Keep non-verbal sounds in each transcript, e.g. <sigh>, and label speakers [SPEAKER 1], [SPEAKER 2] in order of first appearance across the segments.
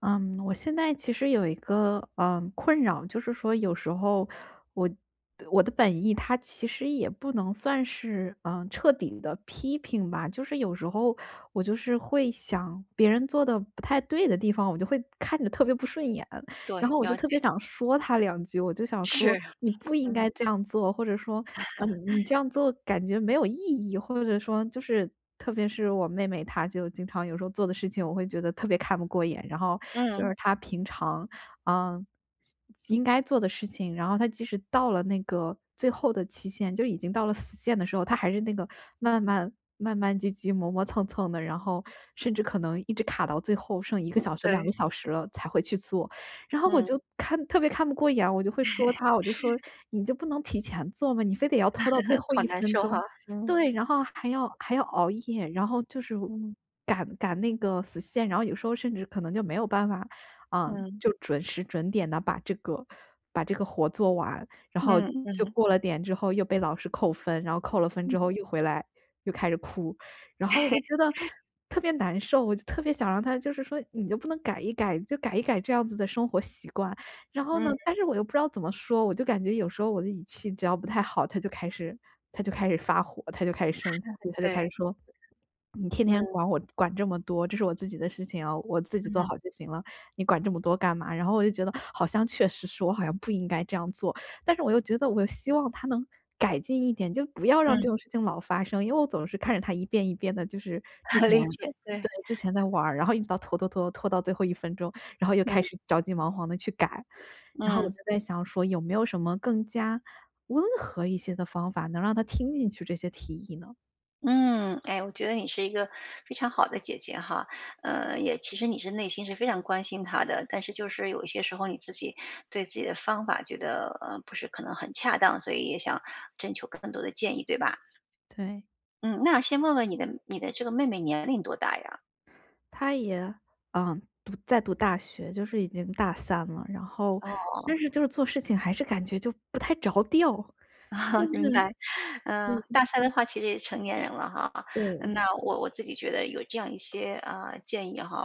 [SPEAKER 1] 嗯，我现在其实有一个困扰，就是说有时候我我的本意，它其实也不能算是彻底的批评吧，就是有时候我就是会想别人做的不太对的地方，我就会看着特别不顺眼，然
[SPEAKER 2] 对，
[SPEAKER 1] 后我就
[SPEAKER 2] 了
[SPEAKER 1] 特
[SPEAKER 2] 解，
[SPEAKER 1] 别想说他两句，我就想说
[SPEAKER 2] 是，
[SPEAKER 1] 你不应该
[SPEAKER 2] 嗯，
[SPEAKER 1] 这样做，或者说嗯，你这样做感觉没有意义，或者说就是特别是我妹妹，她就经常有时候做的事情，我会觉得特别看不过眼。然后就
[SPEAKER 2] 嗯，
[SPEAKER 1] 是她平常，嗯，应该做的事情，然后她即使到了那个最后的期限，就已经到了死线的时候，她还是那个慢慢慢慢唧唧、磨磨蹭蹭的，然后甚至可能一直卡到最后剩一个小时、两个
[SPEAKER 2] 对，
[SPEAKER 1] 小时了才会去做。然后我
[SPEAKER 2] 嗯，
[SPEAKER 1] 就看特别看不过眼，我就会说他，我就说："你就不能提前做吗？你非得要拖到最后
[SPEAKER 2] 好
[SPEAKER 1] 一
[SPEAKER 2] 难
[SPEAKER 1] 分
[SPEAKER 2] 受哈。
[SPEAKER 1] 钟。"
[SPEAKER 2] 嗯，
[SPEAKER 1] 对，然后还要熬夜，然后就是
[SPEAKER 2] 嗯，
[SPEAKER 1] 赶那个死线，然后有时候甚至可能就没有办法，
[SPEAKER 2] 嗯，
[SPEAKER 1] 就准时准点的把这个活做完，然后
[SPEAKER 2] 嗯
[SPEAKER 1] 就
[SPEAKER 2] 嗯，
[SPEAKER 1] 过了点之后又被老师扣分，然后扣了分
[SPEAKER 2] 嗯
[SPEAKER 1] 之后又回来又开始哭，然后我就觉
[SPEAKER 2] <laughs>，
[SPEAKER 1] 得特别难受，我就特别想让他就是说你就不能改一改，就改一改这样子的生活习惯。然后呢，
[SPEAKER 2] 嗯，
[SPEAKER 1] 但是我又不知道怎么说，我就感觉有时候我的语气只要不太好，他就开始发火，他就开始生气，他就
[SPEAKER 2] 对，
[SPEAKER 1] 开始说："你天天
[SPEAKER 2] 嗯，
[SPEAKER 1] 管我管这么多，这是我自己的事情啊，我自己做
[SPEAKER 2] 嗯，
[SPEAKER 1] 好就行了，你管这么多干嘛？"然后我就觉得好像确实是我好像不应该这样做，但是我又觉得我希望他能改进一点，就不要让
[SPEAKER 2] 嗯，
[SPEAKER 1] 这种事情老发生，因为我总是看着他一遍一遍的，就是之
[SPEAKER 2] <laughs>
[SPEAKER 1] 前
[SPEAKER 2] 理解，对，
[SPEAKER 1] 对，之前在玩儿然后一直到拖到最后一分钟，然后又开
[SPEAKER 2] 嗯，
[SPEAKER 1] 始着急忙慌的去改。然后我就
[SPEAKER 2] 嗯，
[SPEAKER 1] 在想说有没有什么更加温和一些的方法，能让他听进去这些提议呢？
[SPEAKER 2] 嗯，哎，我觉得你是一个非常好的姐姐哈。也其实你是内心是非常关心她的，但是就是有一些时候你自己对自己的方法觉得，不是可能很恰当，所以也想征求更多的建议，对吧？
[SPEAKER 1] 对，
[SPEAKER 2] 嗯，那先问问你的这个妹妹年龄多大呀？
[SPEAKER 1] 他也，读在读大学，就是已经大三了，然后但
[SPEAKER 2] 哦。
[SPEAKER 1] 是就是做事情还是感觉就不太着调，
[SPEAKER 2] <laughs> 好，
[SPEAKER 1] 就
[SPEAKER 2] 明
[SPEAKER 1] 是
[SPEAKER 2] 白。嗯，
[SPEAKER 1] 对
[SPEAKER 2] 大三的话其实也成年人了哈。
[SPEAKER 1] 对。
[SPEAKER 2] 那我自己觉得有这样一些，建议哈。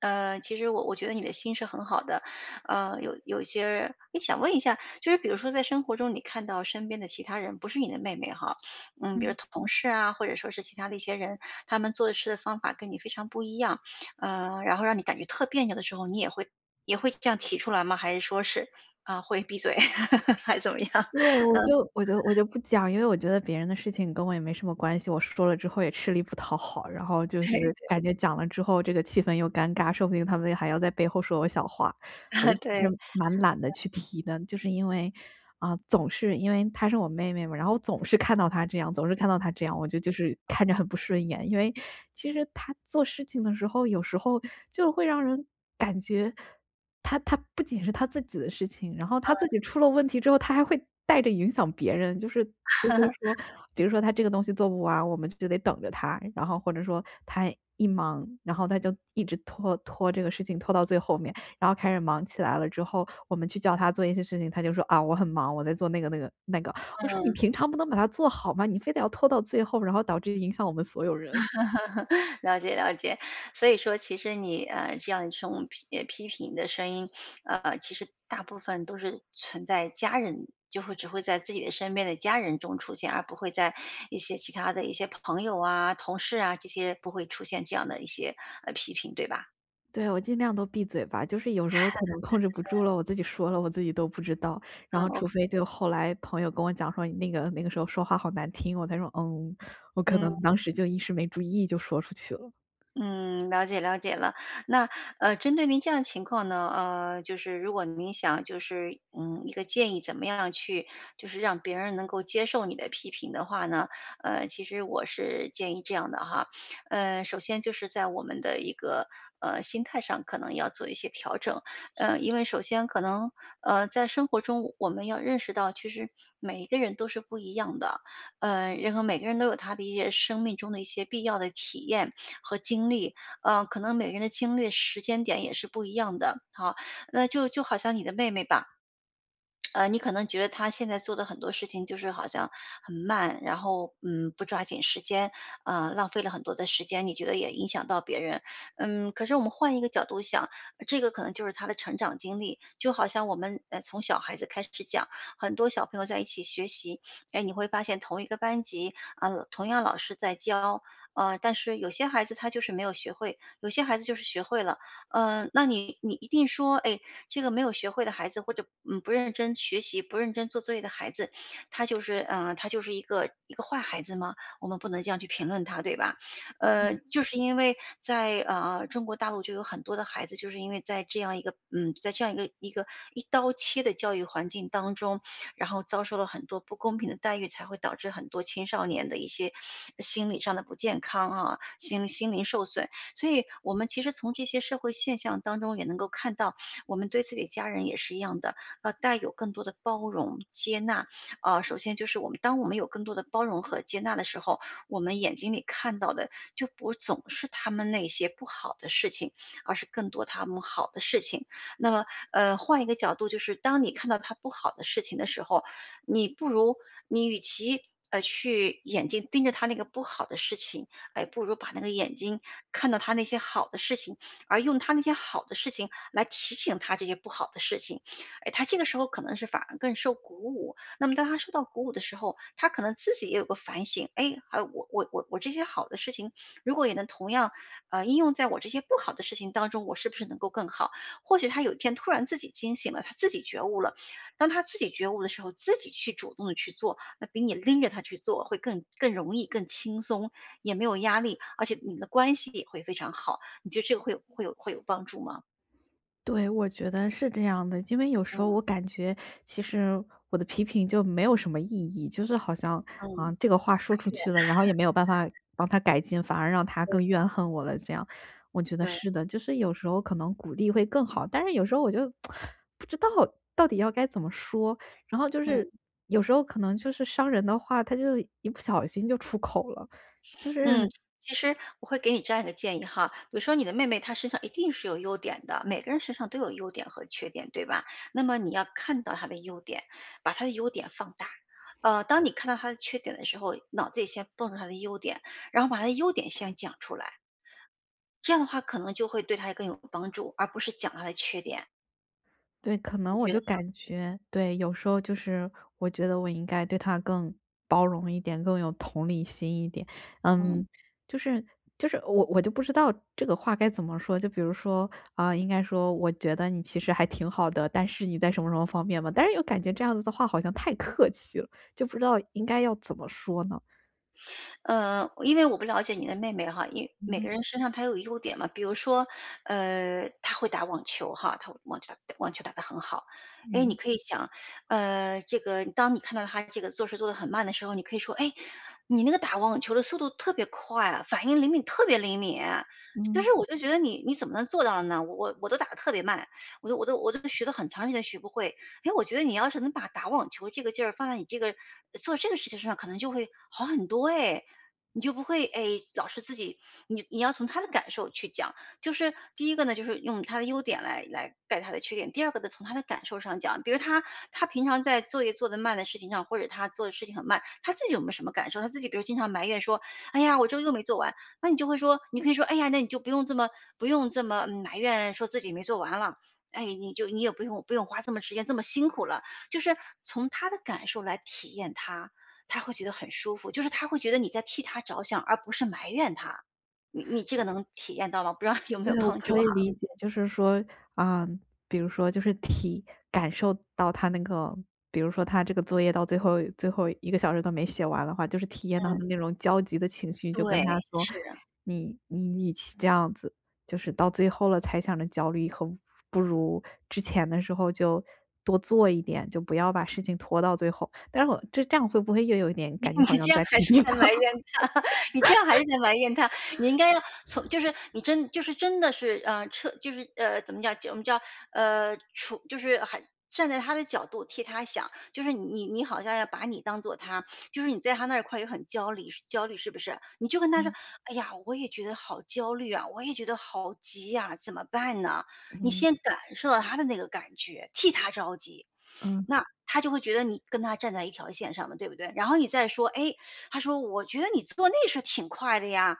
[SPEAKER 2] 其实我觉得你的心是很好的。有一些诶，你想问一下，就是比如说在生活中你看到身边的其他人，不是你的妹妹哈，嗯，比如
[SPEAKER 1] 嗯，
[SPEAKER 2] 同事啊，或者说是其他的一些人，他们做事的方法跟你非常不一样。然后让你感觉特别扭的时候，你也会这样提出来吗？还是说是，啊，会闭嘴，<laughs> 还是怎么样？
[SPEAKER 1] 对，我就不讲，因为我觉得别人的事情跟我也没什么关系，我说了之后也吃力不讨好，然后就是
[SPEAKER 2] 对
[SPEAKER 1] 感觉讲了之后这个气氛又尴尬，说不定他们还要在背后说我小话，我就
[SPEAKER 2] <laughs>，
[SPEAKER 1] 其
[SPEAKER 2] 对。
[SPEAKER 1] 实
[SPEAKER 2] <laughs>
[SPEAKER 1] 蛮懒得去提的，就是因为总是因为她是我妹妹嘛，然后总是看到她这样，总是看到她这样，我就就是看着很不顺眼，因为其实她做事情的时候，有时候就会让人感觉。他不仅是他自己的事情，然后他自己出了问题之后，他还会带着影响别人，就是就会说，比如说他这个东西做不完，我们就得等着他，然后或者说他一忙，然后他就一直拖这个事情拖到最后面，然后开始忙起来了之后，我们去叫他做一些事情，他就说："啊，我很忙，我在做那个那个那个。"我说："你
[SPEAKER 2] 嗯，
[SPEAKER 1] 平常不能把它做好吗？你非得要拖到最后，然后导致影响我们所有人。"
[SPEAKER 2] <laughs> 了解了解。所以说其实你，这样一种批评的声音，其实大部分都是存在家人只会在自己的身边的家人中出现，而不会在一些其他的一些朋友啊、同事啊，这些不会出现这样的一些，批评，对吧？
[SPEAKER 1] 对，我尽量都闭嘴吧，就是有时候可能控制不住了，我自己说了，我自己都不知道。然
[SPEAKER 2] 嗯
[SPEAKER 1] 后除
[SPEAKER 2] ，OK。
[SPEAKER 1] 非就后来朋友跟我讲说你那个时候说话好难听，我才说嗯，我可能
[SPEAKER 2] 嗯。
[SPEAKER 1] 当时就一时没注意就说出去了。
[SPEAKER 2] 嗯，了解了解了。那针对您这样的情况呢，就是如果您想就是一个建议怎么样去，就是让别人能够接受你的批评的话呢，其实我是建议这样的哈。首先就是在我们的一个心态上可能要做一些调整。因为首先可能在生活中我们要认识到，其实每一个人都是不一样的。然后每个人都有他的一些生命中的一些必要的体验。和经历。可能每个人的经历时间点也是不一样的，好，那就好像你的妹妹吧。你可能觉得他现在做的很多事情就是好像很慢，然后不抓紧时间，浪费了很多的时间，你觉得也影响到别人。嗯，可是我们换一个角度想，这个可能就是他的成长经历，就好像我们从小孩子开始讲，很多小朋友在一起学习。哎，你会发现同一个班级啊、同样老师在教。但是有些孩子他就是没有学会，有些孩子就是学会了。嗯，那你一定说，哎，这个没有学会的孩子，或者不认真学习、不认真做作业的孩子，他就是一个坏孩子吗？我们不能这样去评论他，对吧？就是因为在中国大陆就有很多的孩子，就是因为在这样一个一刀切的教育环境当中，然后遭受了很多不公平的待遇，才会导致很多青少年的一些心理上的不健康啊，心灵受损。所以，我们其实从这些社会现象当中也能够看到。我们对自己的家人也是一样的，要带有更多的包容、接纳。首先就是当我们有更多的包容和接纳的时候，我们眼睛里看到的就不总是他们那些不好的事情，而是更多他们好的事情。那么，换一个角度，就是当你看到他不好的事情的时候，你不如你与其去眼睛盯着他那个不好的事情，哎，不如把那个眼睛看到他那些好的事情。而用他那些好的事情来提醒他这些不好的事情。哎，他这个时候可能是反而更受鼓舞。那么当他受到鼓舞的时候，他可能自己也有个反省，哎，还我这些好的事情，如果也能同样应用在我这些不好的事情当中，我是不是能够更好？或许他有一天突然自己惊醒了，他自己觉悟了。当他自己觉悟的时候，自己去主动的去做，那比你拎着他去做会更容易、更轻松，也没有压力，而且你们的关系也会非常好。你觉得这个会有帮助吗？
[SPEAKER 1] 对，我觉得是这样的，因为有时候
[SPEAKER 2] 嗯
[SPEAKER 1] 我感觉其实我的批评就没有什么意义，就是好像啊，
[SPEAKER 2] 嗯，
[SPEAKER 1] 这个话说出去了，然后也没有办法帮他改进，反而让他更怨恨我了。这样，我觉得
[SPEAKER 2] 对，
[SPEAKER 1] 是的，就是有时候可能鼓励会更好，但是有时候我就 <tsk> 不知道到底要该怎么说，然后就是
[SPEAKER 2] 嗯
[SPEAKER 1] 有时候可能就是伤人的话，他就一不小心就出口了，就
[SPEAKER 2] 嗯。
[SPEAKER 1] 是
[SPEAKER 2] 其实我会给你这样一个建议哈，比如说你的妹妹她身上一定是有优点的，每个人身上都有优点和缺点，对吧？那么你要看到她的优点，把她的优点放大。当你看到她的缺点的时候，脑子里先蹦出她的优点，然后把她的优点先讲出来，这样的话可能就会对她更有帮助，而不是讲她的缺点。
[SPEAKER 1] 对，可能
[SPEAKER 2] 你
[SPEAKER 1] 我
[SPEAKER 2] 觉得？
[SPEAKER 1] 就感觉，对，有时候就是我觉得我应该对他更包容一点，更有同理心一点。
[SPEAKER 2] 嗯。
[SPEAKER 1] 嗯，就是就是我就不知道这个话该怎么说。就比如说啊、应该说我觉得你其实还挺好的，但是你在什么什么方面嘛？但是又感觉这样子的话好像太客气了，就不知道应该要怎么说呢。
[SPEAKER 2] 因为我不了解你的妹妹哈，因为
[SPEAKER 1] 嗯
[SPEAKER 2] 每个
[SPEAKER 1] 哼
[SPEAKER 2] 人身上她有优点嘛，比如说，她会打网球哈，她打网球打得很好。哎，你
[SPEAKER 1] 嗯
[SPEAKER 2] 可以想，这个当你看到她这个做事做得很慢的时候，你可以说，哎，你那个打网球的速度特别快啊，反应灵敏，特别灵敏啊。就
[SPEAKER 1] 嗯。
[SPEAKER 2] 是我就觉得你怎么能做到的呢？我都打得特别慢，我都学了很长时间学不会。哎，我觉得你要是能把打网球这个劲儿放在你这个做这个事情上，可能就会好很多哎。你就不会哎，老是自己，你要从他的感受去讲，就是第一个呢，就是用他的优点来盖他的缺点；第二个呢，从他的感受上讲，比如他平常在作业做得慢的事情上，或者他做的事情很慢，他自己有没有什么感受？他自己比如经常埋怨说，哎呀，我这个又没做完，那你就会说，你可以说，哎呀，那你就不用这么埋怨，说自己没做完了，哎，你也不用花这么时间这么辛苦了，就是从他的感受来体验他，他会觉得很舒服，就是他会觉得你在替他着想，而不是埋怨他。你这个能体验到吗？不知道 <laughs> 有没有帮助哈？
[SPEAKER 1] 就是说，啊，比如说就是感受到他那个比如说他这个作业到最后一个小时都没写完的话，就是体验到他
[SPEAKER 2] 嗯，
[SPEAKER 1] 那种焦急的情绪，就
[SPEAKER 2] 对，
[SPEAKER 1] 跟他说：
[SPEAKER 2] 是啊。
[SPEAKER 1] “你你与其这样子，就是到最后了才想着焦虑，以后不如之前的时候就多做一点，就不要把事情拖到最后。"但是我这样会不会又有一点感觉
[SPEAKER 2] <laughs>
[SPEAKER 1] 好
[SPEAKER 2] 你
[SPEAKER 1] 像
[SPEAKER 2] 这样
[SPEAKER 1] 在 <laughs>
[SPEAKER 2] 还
[SPEAKER 1] 批
[SPEAKER 2] 是
[SPEAKER 1] 评
[SPEAKER 2] 在
[SPEAKER 1] 他？
[SPEAKER 2] 埋怨
[SPEAKER 1] <laughs>
[SPEAKER 2] 他，<laughs> 你这样还是在埋怨他。你应该要从就是你真就是真的是，就是怎么讲，就我们叫就是还站在他的角度替他想，就是你好像要把你当做他，就是你在他那儿块也很焦虑，焦虑是不是？你就跟他说：
[SPEAKER 1] 嗯
[SPEAKER 2] “哎呀，我也觉得好焦虑啊，我也觉得好急呀，怎么办呢？”你
[SPEAKER 1] 嗯，
[SPEAKER 2] 先感受到他的那个感觉，替他着急，
[SPEAKER 1] 嗯，
[SPEAKER 2] 那他就会觉得你跟他站在一条线上的，对不对？然后你再说，哎，他说我觉得你做那事儿挺快的呀，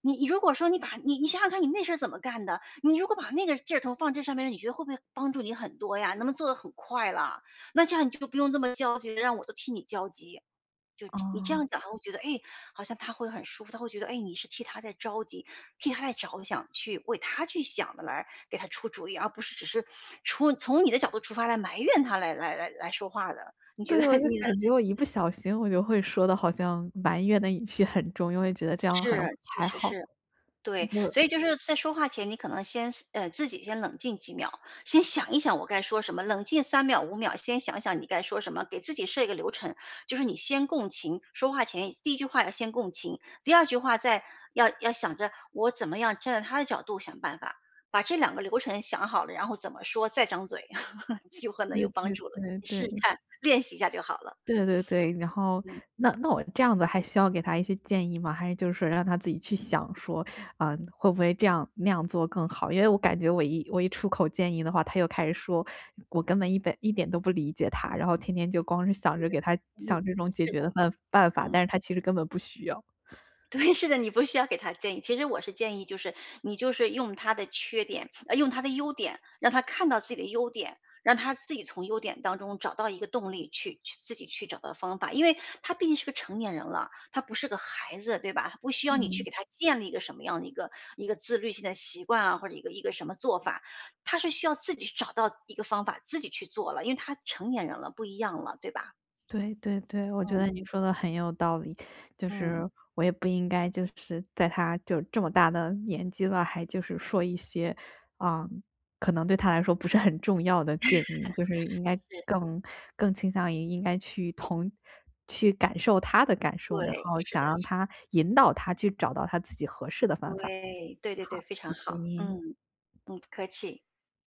[SPEAKER 2] 你如果说你想想看你那事儿怎么干的，你如果把那个劲儿头放这上面，你觉得会不会帮助你很多呀？能不能做得很快了？那这样你就不用这么焦急，让我都替你焦急。就
[SPEAKER 1] 哦
[SPEAKER 2] 你这
[SPEAKER 1] 哦。
[SPEAKER 2] 样讲，他会觉得，哎，好像他会很舒服，他会觉得，哎，你是替他在着急，替他在着想，去为他去想的来，给他出主意，而不是只是从你的角度出发来埋怨他，来说话的。你觉
[SPEAKER 1] 对，我
[SPEAKER 2] 得
[SPEAKER 1] 就
[SPEAKER 2] 你呢？
[SPEAKER 1] 感觉我一不小心我就会说的好像埋怨的语气很重，因为觉得这样好像
[SPEAKER 2] 是，确
[SPEAKER 1] 还
[SPEAKER 2] 实
[SPEAKER 1] 好。
[SPEAKER 2] 是。
[SPEAKER 1] 那
[SPEAKER 2] 对，
[SPEAKER 1] 就
[SPEAKER 2] 所以就是在说话前，你可能先自己先冷静几秒，先想一想我该说什么，冷静3秒、5秒，先想想你该说什么，给自己设一个流程。就是你先共情，说话前第一句话要先共情，第二句话再要想着我怎么样站在他的角度想办法，把这两个流程想好了，然后怎么说再张嘴，<laughs> 就可能
[SPEAKER 1] 对
[SPEAKER 2] 有帮
[SPEAKER 1] 对
[SPEAKER 2] 助了。
[SPEAKER 1] 对
[SPEAKER 2] 你试试
[SPEAKER 1] 对，
[SPEAKER 2] 看，练习一下就好了。
[SPEAKER 1] 对对对，然后那我这样子还需要给他一些建议吗？还是就是说让他自己去想说，啊，会不会这样那样做更好？因为我感觉我一出口建议的话，他又开始说，我根本一点都不理解他，然后天天就光是想着给他
[SPEAKER 2] 嗯，
[SPEAKER 1] 想这种解
[SPEAKER 2] 是的，
[SPEAKER 1] 决的办法，
[SPEAKER 2] 嗯。
[SPEAKER 1] 但是他其实根本不需要。
[SPEAKER 2] 对，是的，你不需要给他建议。其实我是建议，就是你就是用他的缺点，用他的优点，让他看到自己的优点，让他自己从优点当中找到一个动力去自己去找到方法。因为他毕竟是个成年人了，他不是个孩子，对吧？他不需要你去
[SPEAKER 1] 嗯。
[SPEAKER 2] 给他建立一个什么样的一个自律性的习惯啊，或者一个什么做法，他是需要自己去找到一个方法，自己去做了，因为他成年人了，不一样了，对吧？
[SPEAKER 1] 对对对，我觉
[SPEAKER 2] 嗯
[SPEAKER 1] 得你说的很有道理，就是
[SPEAKER 2] 嗯，
[SPEAKER 1] 我也不应该就是在他就这么大的年纪了，还就是说一些，啊，可能对他来说不是很重要的建议，就是应该
[SPEAKER 2] 是
[SPEAKER 1] 更更倾向于应该去感受他的感受，
[SPEAKER 2] 对，
[SPEAKER 1] 然后
[SPEAKER 2] 是
[SPEAKER 1] 想
[SPEAKER 2] 的，
[SPEAKER 1] 让他引导他去找到他自己合适的方法。
[SPEAKER 2] 对，对对对，非
[SPEAKER 1] 谢
[SPEAKER 2] 常
[SPEAKER 1] 谢
[SPEAKER 2] 好，嗯，
[SPEAKER 1] 您。
[SPEAKER 2] 嗯，不客气。